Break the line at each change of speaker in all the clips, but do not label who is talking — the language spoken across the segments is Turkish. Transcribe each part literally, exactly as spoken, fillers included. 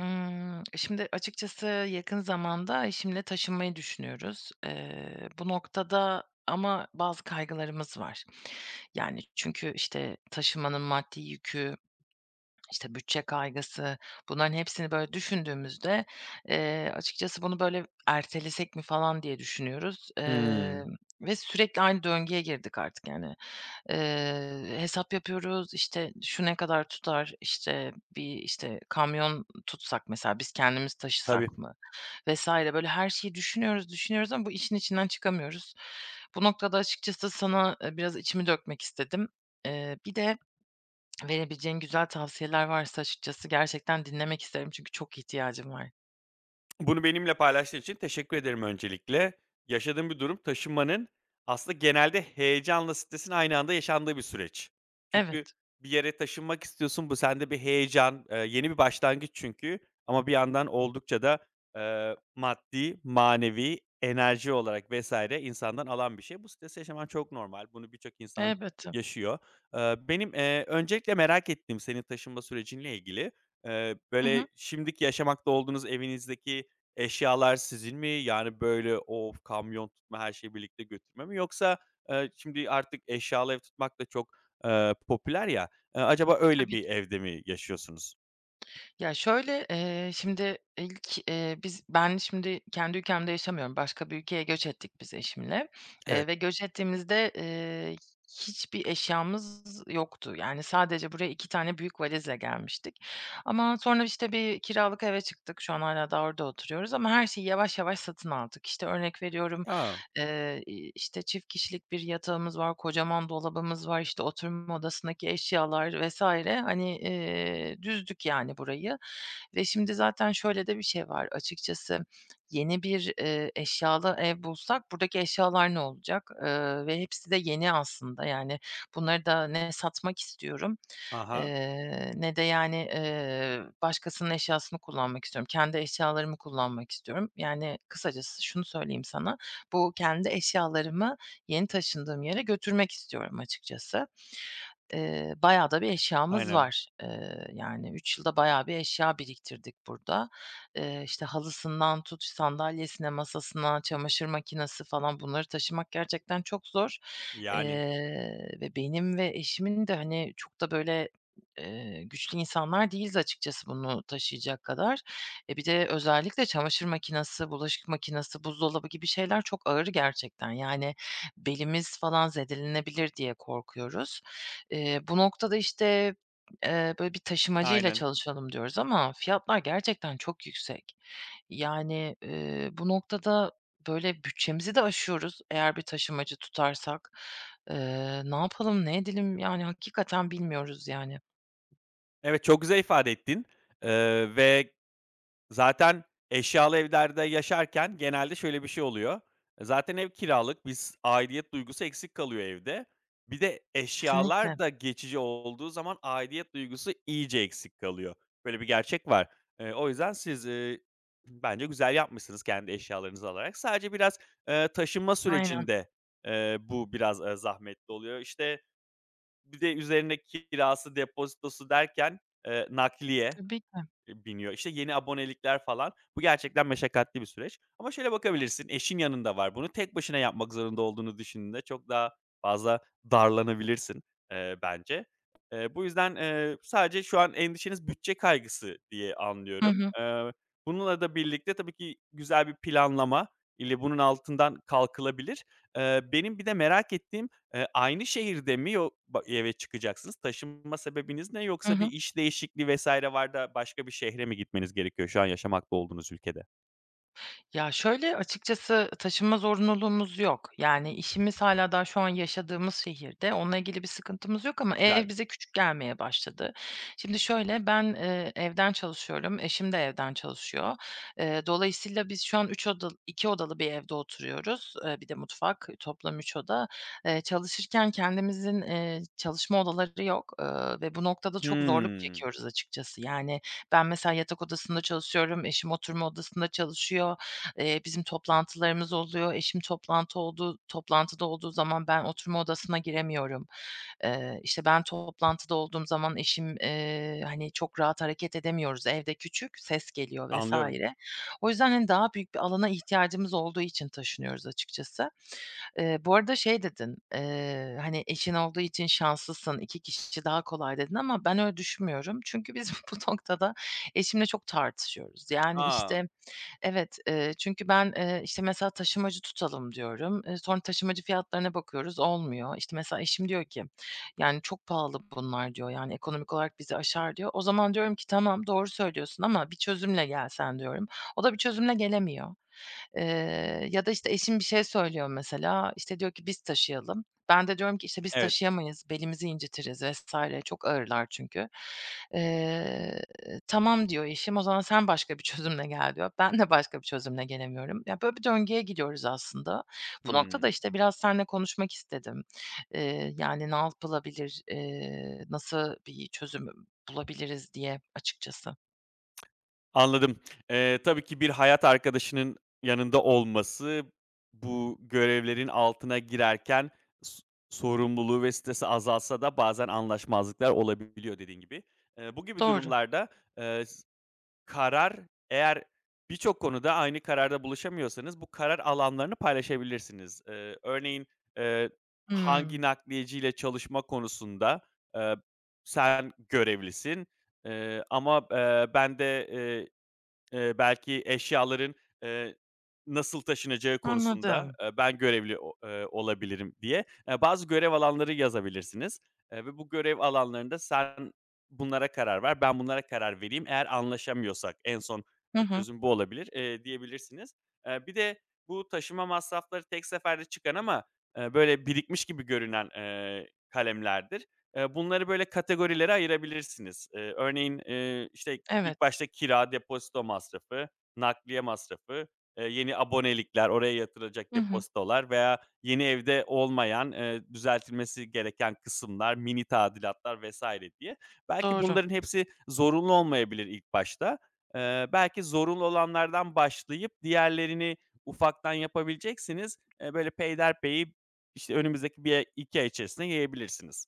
Imm, şimdi açıkçası yakın zamanda eşimle taşınmayı düşünüyoruz. Eee, bu noktada ama bazı kaygılarımız var. Yani, çünkü, işte, taşımanın maddi yükü, işte, bütçe kaygısı, bunların hepsini böyle düşündüğümüzde, eee, açıkçası bunu böyle ertelesek mi falan diye düşünüyoruz, eee,
Hımm.
ve sürekli aynı döngüye girdik artık yani. Eee, hesap yapıyoruz, işte, şu ne kadar tutar, işte, bir, işte, kamyon tutsak mesela biz kendimiz
Tabii.
taşısak mı vesaire böyle her şeyi düşünüyoruz, düşünüyoruz ama bu işin içinden çıkamıyoruz. Bu noktada açıkçası sana, eee, biraz içimi dökmek istedim. Eee, bir de verebileceğin güzel tavsiyeler varsa açıkçası gerçekten dinlemek isterim çünkü çok ihtiyacım var.
Bunu benimle paylaştığın için teşekkür ederim öncelikle. Yaşadığım bir durum taşınmanın aslında genelde heyecanla stresin aynı anda yaşandığı bir süreç. Çünkü
Evet,
bir yere taşınmak istiyorsun. Bu sende bir heyecan, eee, yeni bir başlangıç çünkü ama bir yandan oldukça da, eee, maddi, manevi, enerji olarak vesaire insandan alan bir şey. Bu stresi yaşaman çok normal. Bunu birçok insan
elbette.
yaşıyor. Eee, benim, eee, öncelikle merak ettiğim senin taşınma sürecinle ilgili, eee,
Hı
böyle,
hı.
şimdiki yaşamakta olduğunuz evinizdeki eşyalar sizin mi? Yani, böyle, o kamyon tutma, her şeyi birlikte götürme mi? Yoksa, eee, şimdi artık eşyalı ev tutmak da çok, eee, popüler ya. Eee, acaba öyle
Tabii.
bir evde mi yaşıyorsunuz?
Ya, şöyle, eee, şimdi ilk, eee, biz ben şimdi kendi ülkemde yaşamıyorum. Başka bir ülkeye göç ettik biz eşimle,
Evet.
eee, ve göç ettiğimizde, eee, hiçbir eşyamız yoktu. Yani, sadece buraya iki tane büyük valizle gelmiştik. Ama sonra, işte, bir kiralık eve çıktık. Şu an hala da orada oturuyoruz ama her şeyi yavaş yavaş satın aldık. İşte, örnek veriyorum,
Aa.
eee, işte, çift kişilik bir yatağımız var, kocaman dolabımız var, işte, oturma odasındaki eşyalar vesaire. Hani, eee, düzdük yani burayı. Ve şimdi zaten şöyle de bir şey var açıkçası, yeni bir, eee, eşyalı ev bulsak buradaki eşyalar ne olacak? Eee, ve hepsi de yeni aslında yani bunları da ne satmak istiyorum
Aha.
eee, ne de, yani, eee, başkasının eşyasını kullanmak istiyorum. Kendi eşyalarımı kullanmak istiyorum. Yani, kısacası şunu söyleyeyim sana, bu kendi eşyalarımı yeni taşındığım yere götürmek istiyorum açıkçası. Eee, bayağı da bir eşyamız
Aynen.
var. Eee, yani, üç yılda bayağı bir eşya biriktirdik burada. Eee, işte, halısından tut sandalyesine, masasına, çamaşır makinesi falan bunları taşımak gerçekten çok zor.
Yani.
Eee, ve benim ve eşimin de, hani, çok da böyle Eee, güçlü insanlar değiliz açıkçası bunu taşıyacak kadar. E, bir de özellikle çamaşır makinesi, bulaşık makinesi, buzdolabı gibi şeyler çok ağır gerçekten. Yani belimiz falan zedelenebilir diye korkuyoruz. Eee, bu noktada, işte, eee, böyle bir taşımacıyla
Aynen.
çalışalım diyoruz ama fiyatlar gerçekten çok yüksek. Yani, eee, bu noktada, böyle, bütçemizi de aşıyoruz eğer bir taşımacı tutarsak. Eee, ne yapalım, ne edelim? Yani hakikaten bilmiyoruz yani.
Evet, çok güzel ifade ettin, eee, ve Zaten eşyalı evlerde yaşarken genelde şöyle bir şey oluyor. Zaten ev kiralık, biz aidiyet duygusu eksik kalıyor evde. Bir de
Kesinlikle.
eşyalar da geçici olduğu zaman aidiyet duygusu iyice eksik kalıyor. Böyle bir gerçek var. Eee, o yüzden siz, eee, bence güzel yapmışsınız kendi eşyalarınızı alarak. Sadece biraz, eee, taşınma
Aynen.
sürecinde, eee, bu biraz, eee, zahmetli oluyor. İşte, bir de üzerine kirası, depozitosu derken, eee, nakliye
Tabii ki.
Eee, biniyor. İşte, yeni abonelikler falan. Bu gerçekten meşakkatli bir süreç ama şöyle bakabilirsin, eşin yanında var. Bunu tek başına yapmak zorunda olduğunu düşündüğünde çok daha fazla darlanabilirsin, eee, bence. Eee, bu yüzden, eee, sadece şu an endişeniz bütçe kaygısı diye
Hı
anlıyorum.
hı.
Eee, bununla da birlikte tabii ki güzel bir planlama ile bunun altından kalkılabilir. Eee, benim bir de merak ettiğim Eee, aynı şehirde mi yo ba eve çıkacaksınız? Taşınma sebebiniz ne?
Hı
Yoksa bir
hı.
iş değişikliği ve saire var da başka bir şehre mi gitmeniz gerekiyor şu an yaşamakta olduğunuz ülkede?
Ya, şöyle, açıkçası taşınma zorunluluğumuz yok. Yani işimiz hala daha şu an yaşadığımız şehirde. Onunla ilgili bir sıkıntımız yok ama
Güzel.
ev bize küçük gelmeye başladı. Şimdi şöyle, ben, eee, evden çalışıyorum, eşim de evden çalışıyor. Eee, dolayısıyla biz şu an üç odalı, iki odalı bir evde oturuyoruz. Eee, bir de mutfak, toplam üç oda. Eee, çalışırken kendimizin, eee, çalışma odaları yok, ııı, ve bu noktada çok zorluk
Hımm.
çekiyoruz açıkçası. Yani ben mesela yatak odasında çalışıyorum, eşim oturma odasında çalışıyor. Eee, bizim toplantılarımız oluyor. Eşim toplantı olduğu toplantıda olduğu zaman ben oturma odasına giremiyorum. Eee, işte, ben toplantıda olduğum zaman eşim, eee, hani, çok rahat hareket edemiyoruz. Evde küçük, ses geliyor
Anlıyorum.
vesaire. O yüzden, hani, daha büyük bir alana ihtiyacımız olduğu için taşınıyoruz açıkçası. Eee, bu arada şey dedin, eee, hani, "Eşin olduğu için şanslısın, iki kişi daha kolay." dedin ama ben öyle düşünmüyorum. Çünkü biz bu noktada eşimle çok tartışıyoruz. Yani,
A!
işte. Evet, eee, çünkü ben, eee, işte, mesela taşımacı tutalım diyorum. Eee, sonra taşımacı fiyatlarına bakıyoruz, olmuyor. İşte, mesela eşim diyor ki, "Yani, çok pahalı bunlar." diyor, "Yani, ekonomik olarak bizi aşar." diyor. O zaman diyorum ki, "Tamam, doğru söylüyorsun ama bir çözümle gelsen." diyorum. O da bir çözümle gelemiyor. Eee, ya da, işte, eşim bir şey söylüyor mesela, işte, diyor ki, "Biz taşıyalım." Ben de diyorum ki, işte, "Biz
Evet.
taşıyamayız, belimizi incitiriz vesaire çok ağırlar çünkü." Eee, "Tamam." diyor eşim, "O zaman sen başka bir çözümle gel." diyor. Ben de başka bir çözümle gelemiyorum. Ya, böyle bir döngüye gidiyoruz aslında. Bu
Hımm.
noktada, işte, biraz seninle konuşmak istedim. Eee, yani, ne yapılabilir, eee, nasıl bir çözüm bulabiliriz diye açıkçası.
Anladım. Eee, tabii ki bir hayat arkadaşının yanında olması bu görevlerin altına girerken s sorumluluğu ve stresi azaltsa da bazen anlaşmazlıklar olabiliyor dediğin gibi. Eee, bu gibi
Doğru.
durumlarda, eee, s Karar eğer birçok konuda aynı kararda buluşamıyorsanız, bu karar alanlarını paylaşabilirsiniz. Eee, örneğin, eee,
Hımm,
hangi nakliyeciyle çalışma konusunda, eee, sen görevlisin, eee, ama, eee, ben de, eee, Eee, belki eşyaların, eee, nasıl taşınacağı konusunda,
anladım.
eee, ben görevli o eee, olabilirim diye, eee, bazı görev alanları yazabilirsiniz, eee, ve bu görev alanlarında sen bunlara karar ver, ben bunlara karar vereyim. Eğer anlaşamıyorsak en son,
Hı
eee,
hı.
çözüm bu olabilir, eee, diyebilirsiniz. Eee, bir de bu taşıma masrafları tek seferde çıkan ama, eee, böyle birikmiş gibi görünen, eee, kalemlerdir. Eee, bunları böyle kategorilere ayırabilirsiniz. Eee, örneğin, eee, işte
Evet.
İlk başta kira, depozito masrafı, nakliye masrafı, eee, yeni abonelikler, oraya yatırılacak
Hı hı.
depozitolar veya yeni evde olmayan, eee, düzeltilmesi gereken kısımlar, mini tadilatlar ve saire diye. Belki
Doğru,
bunların hepsi zorunlu olmayabilir ilk başta. Eee, belki zorunlu olanlardan başlayıp diğerlerini ufaktan yapabileceksiniz. Eee, böyle peyderpey, işte, önümüzdeki bir ay, iki ay içerisinde yayabilirsiniz.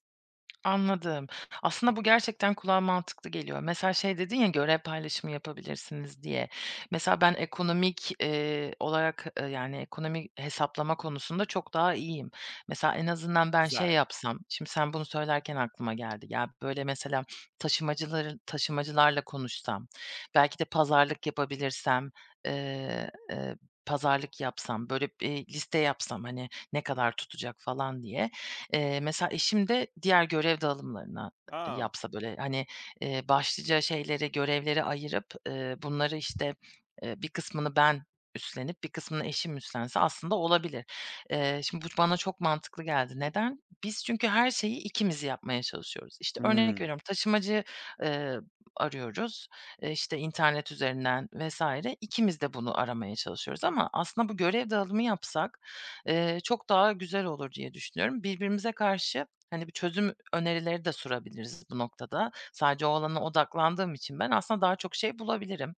anladım. Aslında bu gerçekten kulağa mantıklı geliyor. Mesela şey dedin ya, görev paylaşımı yapabilirsiniz diye. Mesela ben ekonomik, eee, olarak, eee, yani, ekonomi hesaplama konusunda çok daha iyiyim. Mesela en azından ben şey
Güzel.
yapsam, şimdi sen bunu söylerken aklıma geldi. Ya, böyle, mesela taşımacıların taşımacılarla konuşsam, belki de pazarlık yapabilirsem, eee, eee, pazarlık yapsam, böyle, eee, liste yapsam, hani, ne kadar tutacak falan diye. Eee, mesela eşim de diğer görev dağılımlarına
A!
yapsa, böyle, hani, eee, başlıca şeyleri, görevleri ayırıp, eee, bunları, işte, eee, bir kısmını ben üstlenip bir kısmını eşim üstlense aslında olabilir. Eee, şimdi bu bana çok mantıklı geldi. Neden? Biz çünkü her şeyi ikimiz yapmaya çalışıyoruz. İşte, örnek
Hımm.
veriyorum, taşımacı, eee, arıyoruz, eee, işte, internet üzerinden vesaire. İkimiz de bunu aramaya çalışıyoruz ama aslında bu görev dağılımı yapsak. Eee, çok daha güzel olur diye düşünüyorum. Birbirimize karşı, hani, bir çözüm önerileri de sunabiliriz bu noktada. Sadece o alana odaklandığım için ben aslında daha çok şey bulabilirim.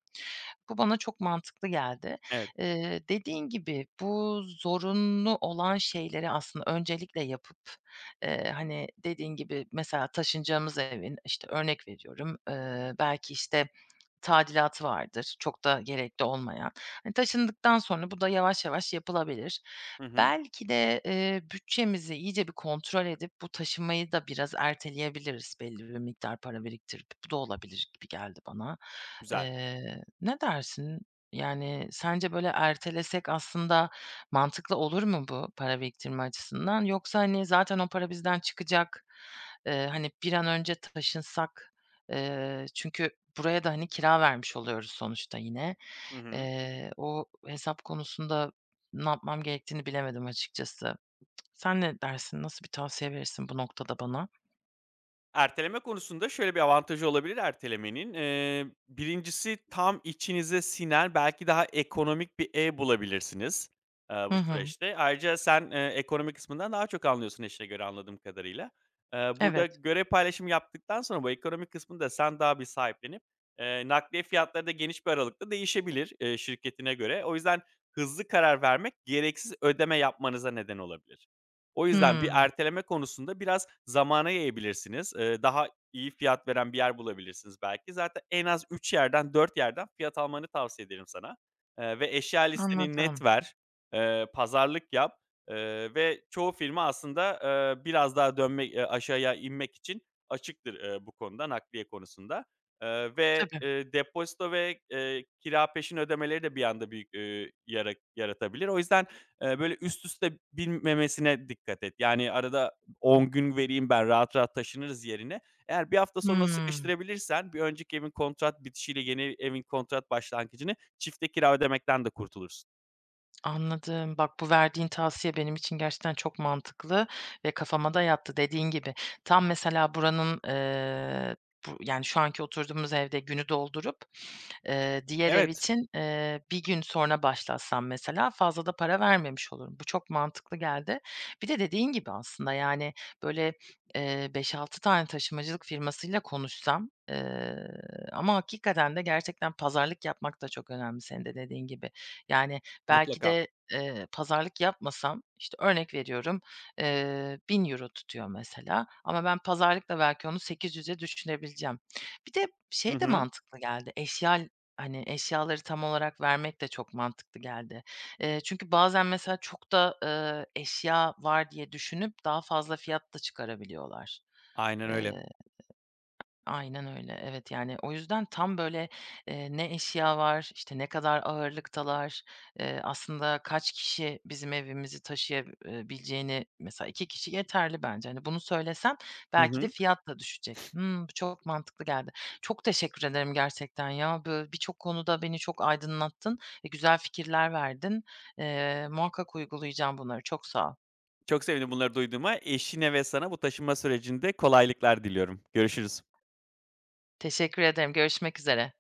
Bu bana çok mantıklı geldi.
Evet.
Eee, dediğin gibi bu zorunlu olan şeyleri aslında öncelikle yapıp, eee, hani, dediğin gibi mesela taşınacağımız evin, işte, örnek veriyorum, eee, belki, işte, tadilatı vardır, çok da gerekli olmayan. Hani, taşındıktan sonra bu da yavaş yavaş yapılabilir.
Hı hı.
Belki de, eee, bütçemizi iyice bir kontrol edip bu taşımayı da biraz erteleyebiliriz belli bir miktar para biriktirip. Bu da olabilir gibi geldi bana.
Güzel.
Eee, ne dersin? Yani, sence böyle ertelesek aslında mantıklı olur mu bu para biriktirme açısından? Yoksa, hani, zaten o para bizden çıkacak, eee, hani, bir an önce taşınsak, eee, çünkü buraya da, hani, kira vermiş oluyoruz sonuçta yine.
Hı hı.
Eee, o hesap konusunda ne yapmam gerektiğini bilemedim açıkçası. Sen ne dersin? Nasıl bir tavsiye verirsin bu noktada bana?
Erteleme konusunda şöyle bir avantajı olabilir ertelemenin. Eee, birincisi tam içinize sinen belki daha ekonomik bir ev bulabilirsiniz, eee, bu
Hı hı.
süreçte. Ayrıca sen, eee, ekonomi kısmından daha çok anlıyorsun eşine göre anladığım kadarıyla. Eee, burada
Evet.
görev paylaşımı yaptıktan sonra bu ekonomik kısmını da sen daha bir sahiplenip, eee, nakliye fiyatları da geniş bir aralıkta değişebilir, eee, şirketine göre. O yüzden hızlı karar vermek gereksiz ödeme yapmanıza neden olabilir. O yüzden bir
Hımm.
erteleme konusunda biraz zamana yayabilirsiniz. Eee, daha iyi fiyat veren bir yer bulabilirsiniz belki. Zaten en az üç yerden, dört yerden fiyat almanı tavsiye ederim sana. Eee, ve eşya listeni net
Anladım.
ver, eee, pazarlık yap, eee, ve çoğu firma aslında, eee, biraz daha dönmek, eee, aşağıya inmek için açıktır, eee, bu konuda, nakliye konusunda. Eee, ve,
Tabii.
eee, depozito ve, eee, kira peşin ödemeleri de bir anda büyük, eee, yara yaratabilir. O yüzden Eee, böyle, üst üste binmemesine dikkat et. Yani, arada on gün vereyim ben, rahat rahat taşınırız yerine. Eğer bir hafta sonuna
Hımm.
sıkıştırabilirsen bir önceki evin kontrat bitişiyle yeni evin kontrat başlangıcını çifte kira ödemekten de kurtulursun.
Anladım. Bak, bu verdiğin tavsiye benim için gerçekten çok mantıklı ve kafama da yattı dediğin gibi. Tam mesela buranın, eee, bu yani, şu anki oturduğumuz evde günü doldurup Eee, diğer ev
Evet,
için, eee, bir gün sonra başlatsam mesela fazla da para vermemiş olurum. Bu çok mantıklı geldi. Bir de dediğin gibi aslında, yani, böyle, eee, beş altı tane taşımacılık firmasıyla konuşsam, eee, ama hakikaten de gerçekten pazarlık yapmak da çok önemli senin de dediğin gibi. Yani, belki
mutlaka.
de, eee, pazarlık yapmasam, işte, örnek veriyorum, eee, bin euro tutuyor mesela ama ben pazarlıkla belki onu sekiz yüze düşürebileceğim. Bir de
Hı
şey de
hı.
mantıklı geldi, eşya Hani, eşyaları tam olarak vermek de çok mantıklı geldi. Eee, çünkü bazen mesela çok da, eee, eşya var diye düşünüp daha fazla fiyat da çıkarabiliyorlar.
Aynen öyle.
Eee Aynen öyle. Evet, yani, o yüzden tam böyle, eee, ne eşya var, işte, ne kadar ağırlıktalar, eee, aslında kaç kişi bizim evimizi taşıyabileceğini mesela iki kişi yeterli bence. Hani, bunu söylesem
Hı
belki de
hı.
fiyat da düşecek. Hımm, bu çok mantıklı geldi. Çok teşekkür ederim gerçekten ya. Bö birçok konuda beni çok aydınlattın ve güzel fikirler verdin. Eee, muhakkak uygulayacağım bunları. Çok sağ ol.
Çok sevindim bunları duyduğuma. Eşine ve sana bu taşınma sürecinde kolaylıklar diliyorum. Görüşürüz.
Teşekkür ederim. Görüşmek üzere.